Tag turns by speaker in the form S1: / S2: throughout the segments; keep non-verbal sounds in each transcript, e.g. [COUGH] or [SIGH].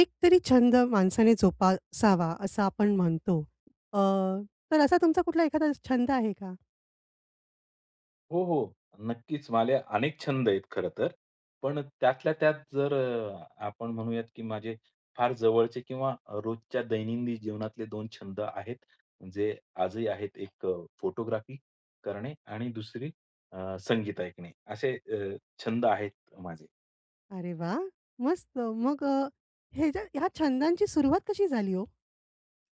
S1: एक तरी छंद माणसाने जोपासावा असं आपण म्हणतो. अ, तर असा तुमचा कुठला एखादा छंद आहे का?
S2: हो, हो. नक्कीच माझे अनेक छंद आहेत खरं तर. पण त्यातल्या त्यात जर आपण म्हणूयात की माझे फार जवळचे किंवा रोजच्या दैनंदिन जीवनातले दोन छंद आहेत, जे आजही आहेत. एक फोटोग्राफी करणे आणि दुसरी संगीत ऐकणे. असे छंद आहेत माझे.
S1: अरे वाह! मस्त. मग हे ज्या ह्या छंदांची सुरुवात कशी झाली हो?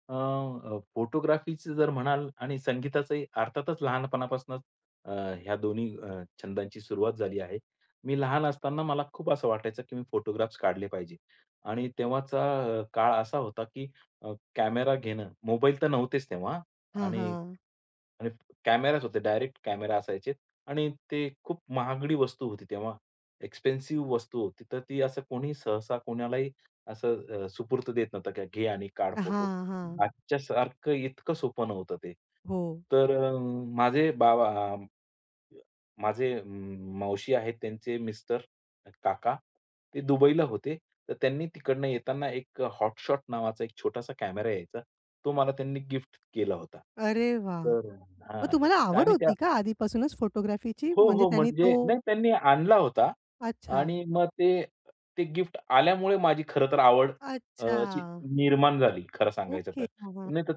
S2: अ, अ, फोटोग्राफीचं जर म्हणाल आणि संगीताचंही अर्थातच लहानपणापासूनच अ, ह्या दोन्ही छंदांची सुरुवात झाली आहे. मी लहान असताना मला खूप असं वाटायचं, की मी फोटोग्राफ्स काढले पाहिजे आणि तेव्हाचा काळ असा होता, की कॅमेरा घेणं मोबाईल तर नव्हतेच तेव्हा
S1: हां,
S2: आणि
S1: हां.
S2: आणि कॅमेराच होते, डायरेक्ट कॅमेरा असायचे आणि ते खूप महागडी वस्तू होती तेव्हा. एक्सपेन्सिव्ह वस्तू होती. तर ती असं कोणी सहसा कोणालाही असं सुपूर्त देत नव्हतं, की "घे आणि काढ फोटो."
S1: हां, हां.
S2: आजच्यासारखं इतकं सोपं नव्हतं ते.
S1: हो.
S2: तर माझे बाबा माझे मावशी आहेत, त्यांचे मिस्टर, काका ते दुबईला होते. तर त्यांनी तिकडनं येताना एक हॉटशॉट नावाचा एक छोटासा कॅमेरा यायचा. तो मला त्यांनी गिफ्ट केला होता.
S1: अरे वाह!
S2: तर
S1: मग
S2: हां
S1: तुम्हाला आवड
S2: आणि त्या
S1: होती का आधीपासूनच फोटोग्राफीची?
S2: हो,
S1: म्हणजे
S2: हो.
S1: त्यांनी तो
S2: म्हणजे नाही त्यांनी आणला होता
S1: अच्छा.
S2: आणि मग ते ते गिफ्ट आल्यामुळे माझी खरं तर आवड अशी
S1: अच्छा.
S2: निर्माण झाली खरं सांगायचं तर.
S1: ओके. हां, हां.
S2: नाही तर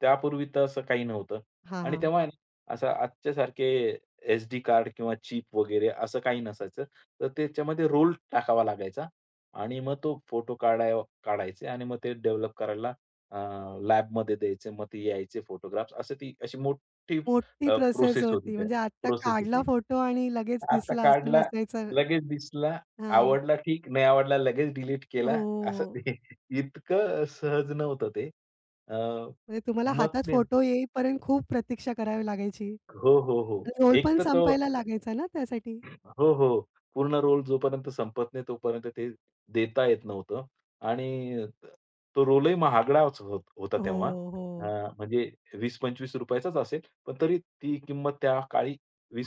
S2: त्यापूर्वी तर असं काही नव्हतं
S1: हां,
S2: आणि
S1: हां.
S2: तेव्हा आहे ना, असं आजच्यासारखे एसडी कार्ड किंवा चिप वगैरे असं काही नसायचं. तर त्याच्यामध्ये रोल टाकावा लागायचा आणि मग तो फोटो काढायचे आणि मग ते डेव्हलप करायला अ, लॅबमध्ये द्यायचे. मग ते यायचे फोटोग्राफ्स. असं ती अशी मोठी
S1: मोठी
S2: अ,
S1: प्रोसेस
S2: प्रोसेस
S1: होती.
S2: होती
S1: म्हणजे आत्ता
S2: प्रोसेस
S1: काढला
S2: होती.
S1: फोटो आणि लगेच
S2: आता
S1: दिसला असं
S2: काढला,
S1: नसायचं.
S2: लगेच दिसला,
S1: हां.
S2: आवडला ठीक, नाही आवडला लगेच डिलीट
S1: हो.
S2: केला. असं [LAUGHS] ते इतकं सहज नव्हतं ते. अ,
S1: म्हणजे तुम्हाला
S2: मग
S1: हातात
S2: ते
S1: फोटो येईपर्यंत खूप प्रतीक्षा करावी लागायची
S2: हो, हो, हो.
S1: आणि रोल
S2: एक
S1: पण
S2: तर तो
S1: संपायला लागायचा ना त्यासाठी.
S2: हो, हो. पूर्ण रोल जोपर्यंत संपत नाही, तोपर्यंत ते देता येत नव्हतं आणि तो रोलही महागडाच होत होता
S1: हो,
S2: तेव्हा. अ,
S1: हो.
S2: म्हणजे ₹20-25 चाच असेल, पण तरी ती किंमत त्या काळी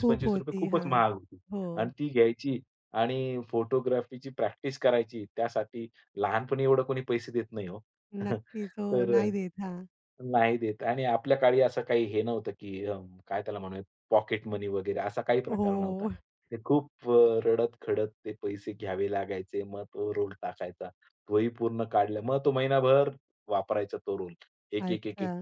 S1: खूप होती.
S2: खूपच
S1: हां.
S2: महाग होती
S1: हो.
S2: आणि ती घ्यायची आणि फोटोग्राफीची प्रॅक्टिस करायची. त्यासाठी लहानपणी एवढं कोणी पैसे देत नाही हो. [LAUGHS]
S1: नक्कीच. हो,
S2: तर
S1: नाही देत. हां.
S2: नाही देत आणि आपल्या काळी असं काही हे नव्हतं, की काय त्याला म्हणूया पॉकेट मनी वगैरे असा काही
S1: हो.
S2: प्रकार नव्हता. ते खूप रडत-खडत ते पैसे घ्यावे लागायचे. मग तो रोल टाकायचा. तोही पूर्ण काढला. मग तो महिनाभर वापरायचा तो रोल. एक, एक, एक,
S1: अच्छा.
S2: एक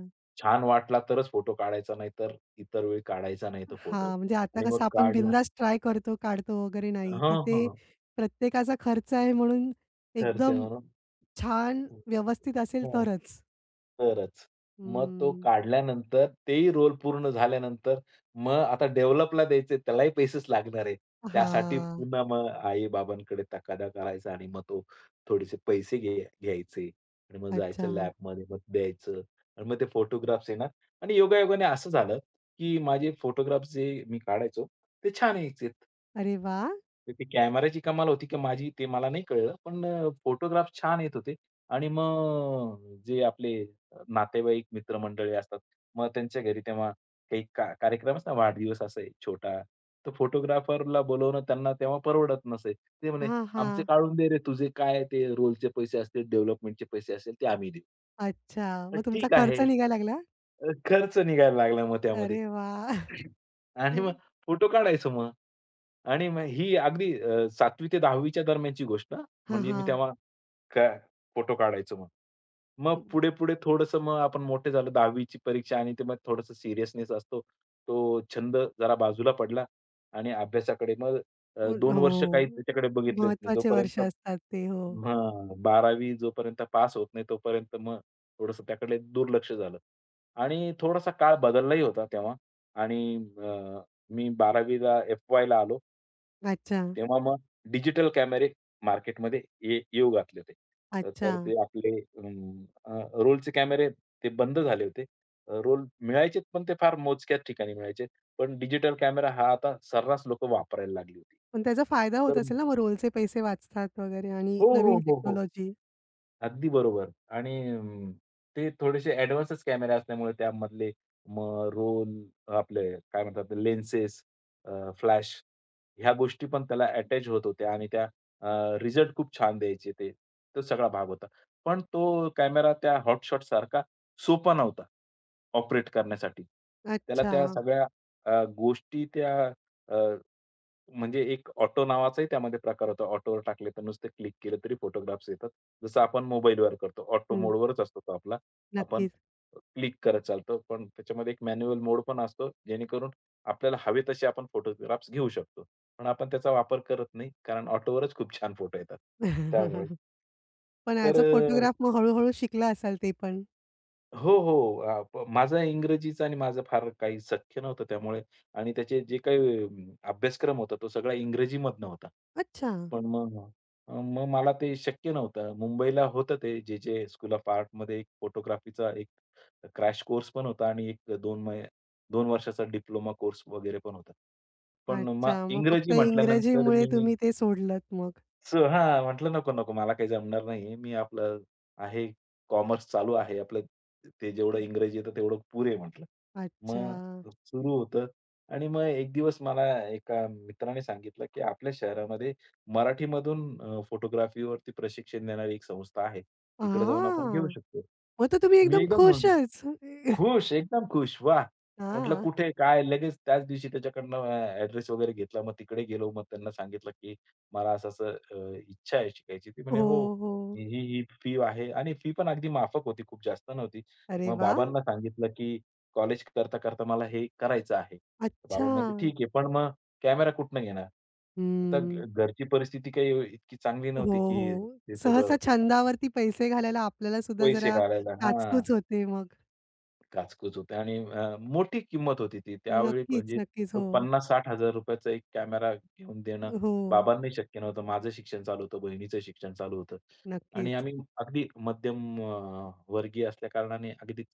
S2: छान वाटला तरच फोटो काढायचा, नाहीतर इतर वेळी काढायचा नाही तो फोटो.
S1: हां, म्हणजे आता
S2: आणि मग
S1: कसं आपण
S2: काढला.
S1: बिनधास्त ट्राय करतो, काढतो वगैरे नाही.
S2: हां,
S1: तिथे
S2: हां.
S1: प्रत्येकाचा खर्च आहे म्हणून
S2: खर्च आहे
S1: एकदम
S2: म्हणून.
S1: छान व्यवस्थित असेल
S2: हो.
S1: तरच.
S2: तरच. मग तो
S1: हं.
S2: काढल्यानंतर तेही रोल पूर्ण झाल्यानंतर मग आता डेव्हलपला द्यायचे त्यालाही पैसेच लागणार आहे. त्यासाठी
S1: हां.
S2: पुन्हा मग आई-बाबांकडे तगादा करायचा आणि मग तो थोडेसे पैसे घ्यायचे आणि मग जायचं
S1: अच्छा.
S2: लॅबमध्ये मग द्यायचं आणि मग ते फोटोग्राफ्स येणार आणि योगायोगाने असं झालं, की माझे फोटोग्राफ्स जे मी काढायचो ते छान यायचेत.
S1: अरे वाह!
S2: तर ती कॅमेराची कमाल होती की माझी ते मला नाही कळलं. पण फोटोग्राफ छान येत होते आणि मग जे आपले नातेवाईक मित्रमंडळी असतात, मग त्यांच्या घरी तेव्हा काही का कार्यक्रम असतो ना वाढदिवस असेल छोटा, तर फोटोग्राफरला बोलावणं त्यांना तेव्हा परवडत नसे. ते म्हणे,
S1: हां,
S2: "आमचे
S1: हां.
S2: काढून दे रे, तुझे काय ते रोलचे पैसे असतील, डेव्हलपमेंटचे पैसे असतील, ते आम्ही देऊ."
S1: अच्छा.
S2: तर
S1: मग तुमचा
S2: ठीक आहे.
S1: खर्च निघायला लागला?
S2: खर्च निघायला लागला मग त्यामध्ये.
S1: अरे वाह!
S2: आणि
S1: हं.
S2: मग फोटो काढायचो मग. आणि मग ही अगदी 7वी ते 10वी च्या दरम्यानची गोष्ट हां.
S1: हां,
S2: म्हणजे मी
S1: हां.
S2: तेव्हा काय फोटो काढायचो मग. मग पुढे-पुढे थोडंसं मग आपण मोठे झालो 10वी ची परीक्षा आणि ते मग थोडंसं सीरियसनेस असतो. तो छंद जरा बाजूला पडला आणि अभ्यासाकडे मग
S1: हं,
S2: दोन वर्ष काही
S1: हो.
S2: त्याच्याकडे बघितलेच नाही.
S1: महत्त्वाचे वर्ष
S2: जोपर्यंत
S1: असतात ते. हो.
S2: हां, 12वी जोपर्यंत पास होत नाही तोपर्यंत मग थोडंसं त्याकडे दुर्लक्ष झालं आणि थोडासा काळ बदललाही होता तेव्हा आणि मी 12वीला एफ-वायला आलो.
S1: अच्छा,
S2: तेव्हा मग डिजिटल कॅमेरे मार्केटमध्ये येऊ घातले होते.
S1: अच्छा.
S2: तर ते आपले रोलचे कॅमेरे ते बंद झाले होते. रोल मिळायचे पण ते फार मोजक्याच ठिकाणी मिळायचे. पण डिजिटल कॅमेरा हा आता सर्रास लोकं वापरायला लागली होती.
S1: पण त्याचा फायदा होत
S2: तर मग
S1: असेल ना, मग रोलचे पैसे वाचतात वगैरे आणि
S2: हो, हो,
S1: नवीन
S2: हो, हो.
S1: टेक्नॉलॉजी.
S2: अगदी बरोबर आणि ते थोडेसे ॲडव्हान्सच कॅमेरे असल्यामुळे त्यामधले मग रोल आपले काय म्हणतात लेन्सेस, फ्लॅश ह्या गोष्टी पण त्याला अटॅच होत होत्या आणि त्या अ, रिझल्ट खूप छान द्यायचे ते. तो सगळा भाग होता. पण तो कॅमेरा त्या हॉट शॉट सारखा सोपा नव्हता ऑपरेट करण्यासाठी. त्याला
S1: अच्छा.
S2: त्या सगळ्या गोष्टी त्या म्हणजे एक ऑटो नावाचाही त्यामध्ये प्रकार होता. ऑटोवर टाकले तर नुसतं क्लिक केलं तरी फोटोग्राफ्स येतात. जसं आपण मोबाईलवर करतो. ऑटो
S1: हं.
S2: मोडवरच असतो तो आपला. आपण
S1: नक्कीच.
S2: क्लिक करत चालतो. पण त्याच्यामध्ये एक मॅन्युअल मोड पण असतो. जेणेकरून आपल्याला हवे तसे आपण फोटोग्राफ्स घेऊ शकतो. पण आपण त्याचा वापर करत नाही. कारण ऑटोवरच खूप छान फोटो येतात. त्यामुळे
S1: पण ॲज अ
S2: तर
S1: फोटोग्राफ मग हळू-हळू शिकला असाल ते पण?
S2: हो, हो. अ, प माझा इंग्रजीचा आणि माझं फार काही सख्य नव्हतं त्यामुळे आणि त्याचे जे काही अभ्यासक्रम होता तो सगळा इंग्रजीमधनं होता.
S1: अच्छा.
S2: पण मग मग मला ते शक्य नव्हतं. मुंबईला होतं ते जे-जे स्कूल ऑफ आर्टमध्ये एक फोटोग्राफीचा एक क्रॅश कोर्स पण होता आणि एक 2 वर्षाचा डिप्लोमा कोर्स वगैरे पण होता. पण मग
S1: अच्छा. मग
S2: इंग्रजी
S1: फक्त
S2: म्हटल्यानंतर
S1: इंग्रजीमुळे
S2: मी
S1: तुम्ही ते सोडलंत मग.
S2: सो हां, म्हटलं नको, नको मला काही जमणार नाहीये. मी आपलं आहे, कॉमर्स चालू आहे. आपलं ते जेवढं इंग्रजी येतं तेवढं पुरे आहे म्हटलं.
S1: अच्छा.
S2: मग सुरू होतं आणि मग एक दिवस मला एका मित्राने सांगितलं, की आपल्या शहरामध्ये मराठीमधून फोटोग्राफीवरती प्रशिक्षण देणारी एक संस्था आहे.
S1: आ!
S2: तिकडे जाऊन आपण घेऊ शकतो.
S1: मग तर तुम्ही
S2: मी
S1: एकदम
S2: एकदम
S1: खुशच.
S2: खुश, एकदम खुश. वाह! म्हटलं
S1: हां.
S2: कुठे, काय? लगेच त्याच दिवशी त्याच्याकडनं ॲड्रेस वगैरे घेतला. मग तिकडे गेलो. मग त्यांना सांगितलं, की मला असं-असं इच्छा आहे शिकायची. ती
S1: हो,
S2: म्हणे, "हो,
S1: हो.
S2: ही फी आहे." आणि फी पण अगदी माफक होती, खूप जास्त नव्हती.
S1: अरे
S2: मग
S1: वाह!
S2: बाबांना सांगितलं, की "कॉलेज करता-करता मला हे करायचं आहे." तर बाबा
S1: अच्छा.
S2: म्हणले, "ठीक आहे, पण मग कॅमेरा कुठनं घेणार?" आता
S1: हं.
S2: घरची परिस्थिती काही इतकी चांगली
S1: हो,
S2: नव्हती, की
S1: हो.
S2: ते सगळं
S1: सहसा छंदावरती पैसे घालायला आपल्याला सुद्धा
S2: पैसे
S1: जरा
S2: काढायला हां.
S1: काचकूच होते मग.
S2: काचकूच होते आणि मोठी किंमत होती ती. त्यावेळी
S1: नक्कीच,
S2: म्हणजे
S1: नक्कीच.
S2: तो
S1: हो,
S2: 50,000-60,000 एक कॅमेरा घेऊन देणं
S1: हो.
S2: बाबांनाही शक्य नव्हतं. माझं शिक्षण चालू होतं, बहिणीचं शिक्षण चालू होतं आणि
S1: नक्कीच.
S2: आम्ही अगदी मध्यम वर्गीय असल्याकारणाने अगदी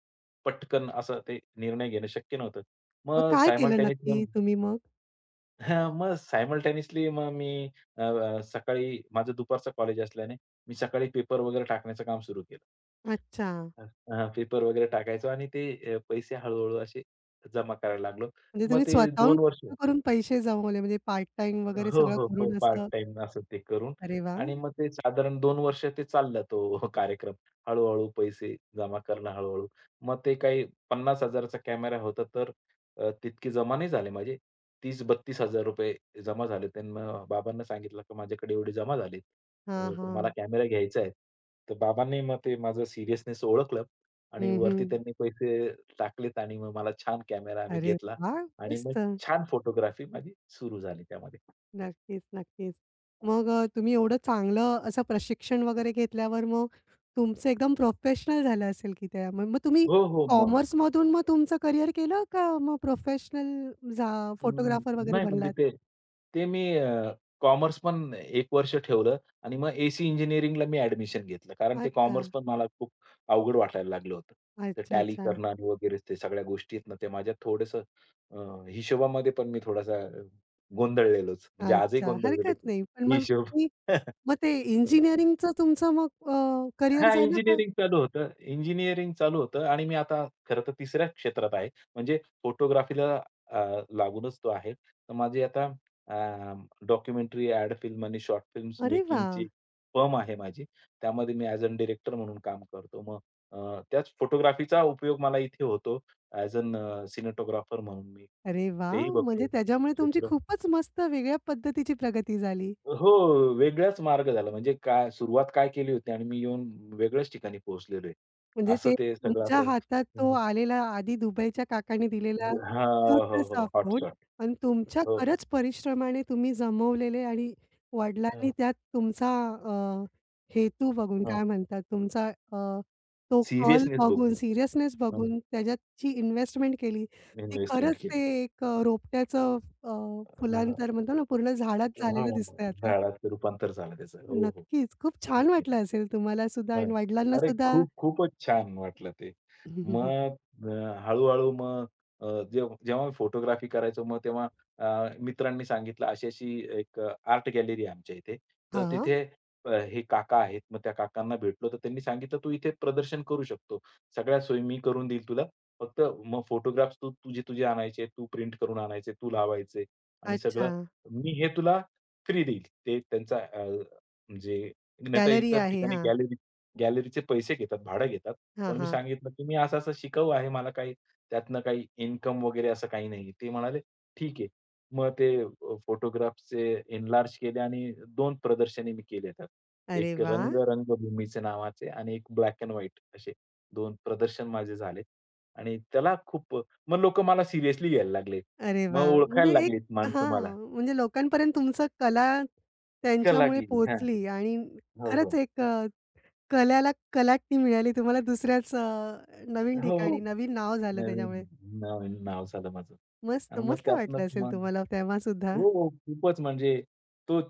S2: पटकन असं ते निर्णय घेणं शक्य नव्हतं.
S1: मग
S2: मग
S1: काय केलं
S2: सायमल्टेनियसली
S1: नक्की तुम्ही मग?
S2: हां, मग सायमल्टेनियसली मग मी अ, अ, सकाळी माझं दुपारचं कॉलेज असल्याने मी सकाळी पेपर वगैरे टाकण्याचं काम सुरू केलं.
S1: अच्छा.
S2: हं. हां, पेपर वगैरे टाकायचो आणि ते पैसे हळू-हळू असे जमा करायला लागलो.
S1: म्हणजे
S2: मग
S1: तुम्ही
S2: ते
S1: स्वतःहून
S2: दोन वर्ष
S1: कष्ट करून पैसे जमवले म्हणजे पार्ट टाईम वगैरे
S2: हो,
S1: सगळं
S2: हो, हो.
S1: करून
S2: पार्ट
S1: असं.
S2: टाईम असं ते करून
S1: अरे वाह!
S2: आणि मग ते साधारण 2 वर्ष ते चालला तो कार्यक्रम. हळू-हळू पैसे जमा करणं हळू-हळू. मग ते काही 50,000 चा कॅमेरा होता तर तितके जमा नाही झाले माझे. 30-32,000 जमा झाले. त्यांना बाबांना सांगितलं की माझ्याकडे एवढे जमा झालेत.
S1: हां,
S2: पण मला
S1: हां.
S2: कॅमेरा घ्यायचा आहे. तर बाबांनी मग ते माझं सिरियसनेस ओळखलं आणि
S1: हं, हं.
S2: वरती त्यांनी पैसे टाकलेत आणि मग मला छान कॅमेरा आम्ही
S1: अरे
S2: घेतला
S1: वाह!
S2: आणि मग
S1: मस्त.
S2: छान फोटोग्राफी माझी सुरू झाली त्यामध्ये.
S1: नक्कीच, नक्कीच. मग तुम्ही एवढं चांगलं असं प्रशिक्षण वगैरे घेतल्यावर मग तुमचं एकदम प्रोफेशनल झालं असेल की त्या मग मग तुम्ही
S2: हो, हो. मग
S1: कॉमर्समधून मग तुमचं करियर केलं का मग प्रोफेशनल झा
S2: अं,
S1: फोटोग्राफर वगैरे
S2: नाही म्हणजे
S1: बनलात?
S2: ते ते मी कॉमर्स पण एक वर्ष ठेवलं आणि मग एसी इंजिनिअरिंगला मी ॲडमिशन घेतलं. कारण ते
S1: अच्छा.
S2: कॉमर्स पण मला खूप अवघड वाटायला लागलं होतं. ते
S1: अच्छा,
S2: टॅली
S1: अच्छा.
S2: करणं आणि वगैरे ते सगळ्या गोष्टी आहेत ना, ते माझ्या थोडंसं अ, हिशोबामध्ये पण मी थोडासा गोंधळलेलोच. म्हणजे आजही
S1: अच्छा.
S2: गोंधळलेलोच
S1: हरकत
S2: आहे.
S1: नाही. पण मग
S2: हिशोब.
S1: तुम्ही मग ते
S2: [LAUGHS]
S1: इंजिनिअरिंगचं तुमचं मग करियर
S2: हां,
S1: झालं का?
S2: इंजिनिअरिंग चालू होतं. इंजिनिअरिंग चालू होतं आणि मी आता खरं तर तिसऱ्या क्षेत्रात आहे. म्हणजे फोटोग्राफीला अ, लागूनच तो आहे. तर माझी आता अ, डॉक्युमेंटरी, ॲड फिल्म आणि शॉर्ट फिल्म्स
S1: अरे वाह!
S2: मेकिंगची फर्म आहे माझी. त्यामध्ये मी ॲज अ डिरेक्टर म्हणून काम करतो. मग त्याच फोटोग्राफीचा उपयोग मला इथे होतो. ॲज अन अ सिनेटोग्राफर म्हणून मी
S1: अरे वाह!
S2: तेही बघतो
S1: म्हणजे त्याच्यामुळे तुमची
S2: क्षेत्र.
S1: खूपच मस्त वेगळ्या पद्धतीची प्रगती झाली.
S2: हो, वेगळाच मार्ग झाला. म्हणजे काय सुरुवात काय केली होती आणि मी येऊन वेगळ्याच ठिकाणी पोहोचलेलो आहे.
S1: म्हणजे
S2: असं
S1: ते
S2: ते सगळं
S1: तुमच्या
S2: असं
S1: हातात तो
S2: हं.
S1: आलेला आधी दुबईच्या काकांनी दिलेला
S2: हां, हो, हो.
S1: छोटासा फोन
S2: हॉटशॉट.
S1: आणि तुमच्या
S2: हो, हो.
S1: खरंच परिश्रमाने तुम्ही जमवलेले आणि वडिलांनी
S2: हां,
S1: त्यात तुमचा अ, हेतू बघून
S2: हां.
S1: काय म्हणतात तुमचा तो कल
S2: सिरियसनेस बघून
S1: बघून सीरियसनेस
S2: हं,
S1: बघून त्याच्यात जी इन्व्हेस्टमेंट केली, ती
S2: इन्व्हेस्टमेंट
S1: खरंच
S2: केली.
S1: ते एक रोपट्याचं अ,
S2: हां,
S1: फुलांतर म्हणतो ना पूर्ण झाडात झालेलं
S2: हां.
S1: दिसतंय आता.
S2: झाडात रूपांतर झालं त्याचं. हो, हो.
S1: नक्कीच. खूप छान
S2: नक्की.
S1: वाटलं असेल तुम्हाला सुद्धा
S2: हां.
S1: आणि वडिलांना
S2: अरे
S1: सुद्धा
S2: खूप, खूपच छान वाटलं ते.
S1: [LAUGHS]
S2: मग हळू-हळू मग जेव्हा जेव्हा मी फोटोग्राफी करायचो मग तेव्हा मित्रांनी सांगितलं अशी-अशी एक आर्ट गॅलरी आहे आमच्या इथे. तर
S1: हां.
S2: तिथे हे काका आहेत. मग त्या काकांना भेटलो तर त्यांनी सांगितलं, "तू इथे प्रदर्शन करू शकतो. सगळ्या सोयी मी करून देईल तुला. फक्त मग फोटोग्राफ्स तू तुझे-तुझे आणायचे, तू प्रिंट करून आणायचे, तू लावायचे आणि
S1: अच्छा.
S2: सगळं मी हे तुला फ्री देईल." ते त्यांचा म्हणजे नाहीतर
S1: गॅलरी
S2: इतर
S1: आहे.
S2: ठिकाणी
S1: हां.
S2: गॅलरी गॅलरीचे पैसे घेतात, भाडं घेतात.
S1: हां,
S2: पण मी
S1: हां.
S2: सांगितलं, की "मी असं-असं शिकाऊ आहे. मला काही त्यातनं काही इन्कम वगैरे असं काही नाहीये." ते म्हणाले, "ठीक आहे." मग ते फोटोग्राफ्सचे एनलार्ज केले आणि दोन प्रदर्शने मी केले त्यात.
S1: अरे
S2: एक
S1: वाह!
S2: रंगभूमीचे नावाचे आणि एक ब्लॅक एंड व्हाईट असे 2 प्रदर्शन माझे झाले. आणि त्याला खूप मग लोकं मला सिरियसली घ्यायला लागले.
S1: अरे
S2: मग
S1: वाह! म्हणजे
S2: ओळखायला
S1: एक
S2: लागलीत माणसं मला.
S1: हां, म्हणजे लोकांपर्यंत तुमचं कला
S2: कला
S1: त्यांच्यामुळे
S2: गेली. हां.
S1: पोहोचली आणि
S2: हो,
S1: खरंच
S2: हो.
S1: एक कलेला कलाटणी मिळाली तुम्हाला दुसऱ्याच नवीन
S2: हो, हो.
S1: ठिकाणी, नवीन नाव झालं
S2: नवीन
S1: त्याच्यामुळे.
S2: नवीन नाव झालं माझं.
S1: मस्त,
S2: आणि मग
S1: मस्त वाटलं
S2: त्यातनंच
S1: असेल
S2: मग
S1: तुम्हाला तेव्हासुद्धा.
S2: हो, हो. खूपच म्हणजे तो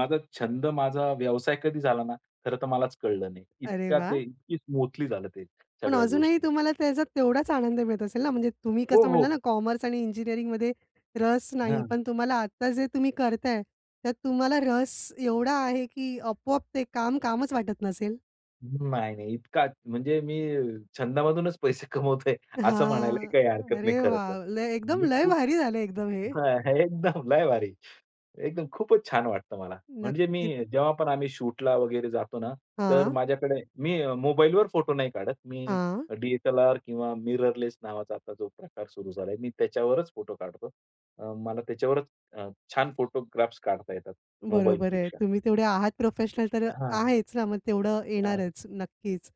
S2: माझा छंद, माझा व्यवसाय कधी झाला ना, खरं तर मलाच कळलं नाही.
S1: अरे
S2: इतका
S1: वाह!
S2: ते इतकी स्मूथली झालं ते
S1: पण
S2: सगळ्या
S1: अजूनही
S2: गोष्टी.
S1: तुम्हाला त्याचा तेवढाच आनंद मिळत असेल ना, म्हणजे तुम्ही
S2: हो,
S1: कसं
S2: हो.
S1: म्हणाला ना, कॉमर्स आणि इंजिनिअरिंगमध्ये रस नाही,
S2: हां.
S1: पण तुम्हाला आता जे तुम्ही करताय, त्यात तुम्हाला रस एवढा आहे, की आपोआप ते काम कामच वाटत नसेल.
S2: नाही, नाही. इतका म्हणजे मी छंदामधूनच पैसे कमवतोय असं म्हणायलाही
S1: हां.
S2: काही हरकत
S1: अरे
S2: नाही खरं तर.
S1: वाह! लय एकदम
S2: मी
S1: लय
S2: खूप
S1: भारी झालं एकदम हे.
S2: हां, एकदम लय भारी. एकदम खूपच छान वाटतं मला. म्हणजे मी
S1: नक्कीच.
S2: जेव्हा पण आम्ही शूटला वगैरे जातो ना, तर
S1: हां,
S2: माझ्याकडे मी मोबाईलवर फोटो नाही काढत. मी
S1: हां.
S2: डी-एस-एल-आर किंवा मिररलेस नावाचा आता जो प्रकार सुरू झालाय, मी त्याच्यावरच फोटो काढतो. मला त्याच्यावरच छान फोटोग्राफ्स काढता येतात
S1: बरोबर आहे.
S2: मोबाईलपेक्षा.
S1: तुम्ही तेवढे आहात प्रोफेशनल तर
S2: हां,
S1: आहेच ना, मग तेवढं
S2: हां.
S1: येणारच. नक्कीच.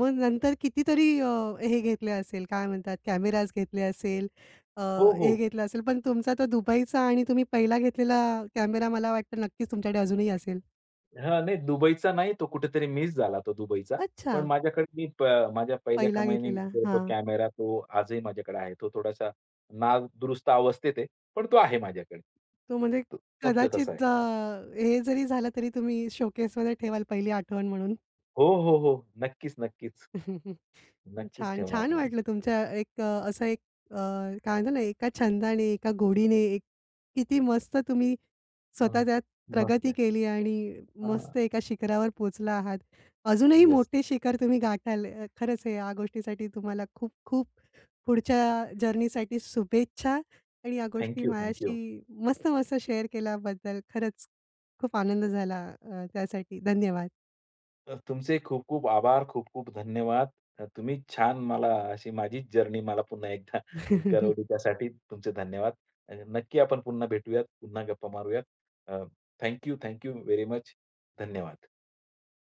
S1: मग नंतर कितीतरी हे घेतले असेल, काय म्हणतात कॅमेराज घेतले असेल, अ,
S2: हो,
S1: हे
S2: हो.
S1: घेतलं असेल. पण तुमचा तो दुबईचा आणि तुम्ही पहिला घेतलेला कॅमेरा मला वाटतं नक्कीच तुमच्याकडे अजूनही असेल.
S2: हां, नाही दुबईचा नाही तो कुठेतरी मिस झाला तो दुबईचा. पण
S1: अच्छा.
S2: माझ्याकडे मी प माझ्या पहिल्या
S1: पहिला
S2: कमाईने
S1: घेतलेला.
S2: घेतलेला तो
S1: हां.
S2: कॅमेरा तो आजही माझ्याकडे आहे. तो थोडासा नादुरुस्त अवस्थेत आहे, पण तो आहे माझ्याकडे.
S1: तो म्हणजे
S2: तो तसल्या तसा आहे.
S1: कदाचित हे जरी झालं तरी तुम्ही शोकेसमध्ये ठेवाल पहिली आठवण म्हणून.
S2: हो, हो, हो. नक्कीच, नक्कीच.
S1: [LAUGHS]
S2: नक्कीच
S1: छान,
S2: ठेवणार
S1: छान
S2: मी.
S1: वाटलं तुमच्या एक असं एक अ, काय म्हणतात ना, एका छंदाने, एका गोडीने एक किती मस्त तुम्ही
S2: हां,
S1: स्वतः त्यात
S2: मस्त
S1: प्रगती
S2: आहे.
S1: केली आणि मस्त एका शिखरावर पोहोचला आहात. अजूनही
S2: येस.
S1: मोठे शिखर तुम्ही गाठाल. खरंच आहे या गोष्टीसाठी तुम्हाला खूप-खूप पुढच्या जर्नीसाठी शुभेच्छा आणि या
S2: थँक
S1: गोष्टी
S2: यू,
S1: माझ्याशी मस्त-मस्त शेअर केल्याबद्दल खरंच खूप आनंद झाला. त्यासाठी धन्यवाद.
S2: तुमचे खूप-खूप आभार, खूप-खूप धन्यवाद. तुम्ही छान मला अशी माझीच जर्नी मला पुन्हा एकदा [LAUGHS] करवली
S1: [LAUGHS]
S2: त्यासाठी तुमचे धन्यवाद. नक्की आपण पुन्हा भेटूयात, पुन्हा गप्पा मारूयात. अ, थँक व्हेरी मच. धन्यवाद.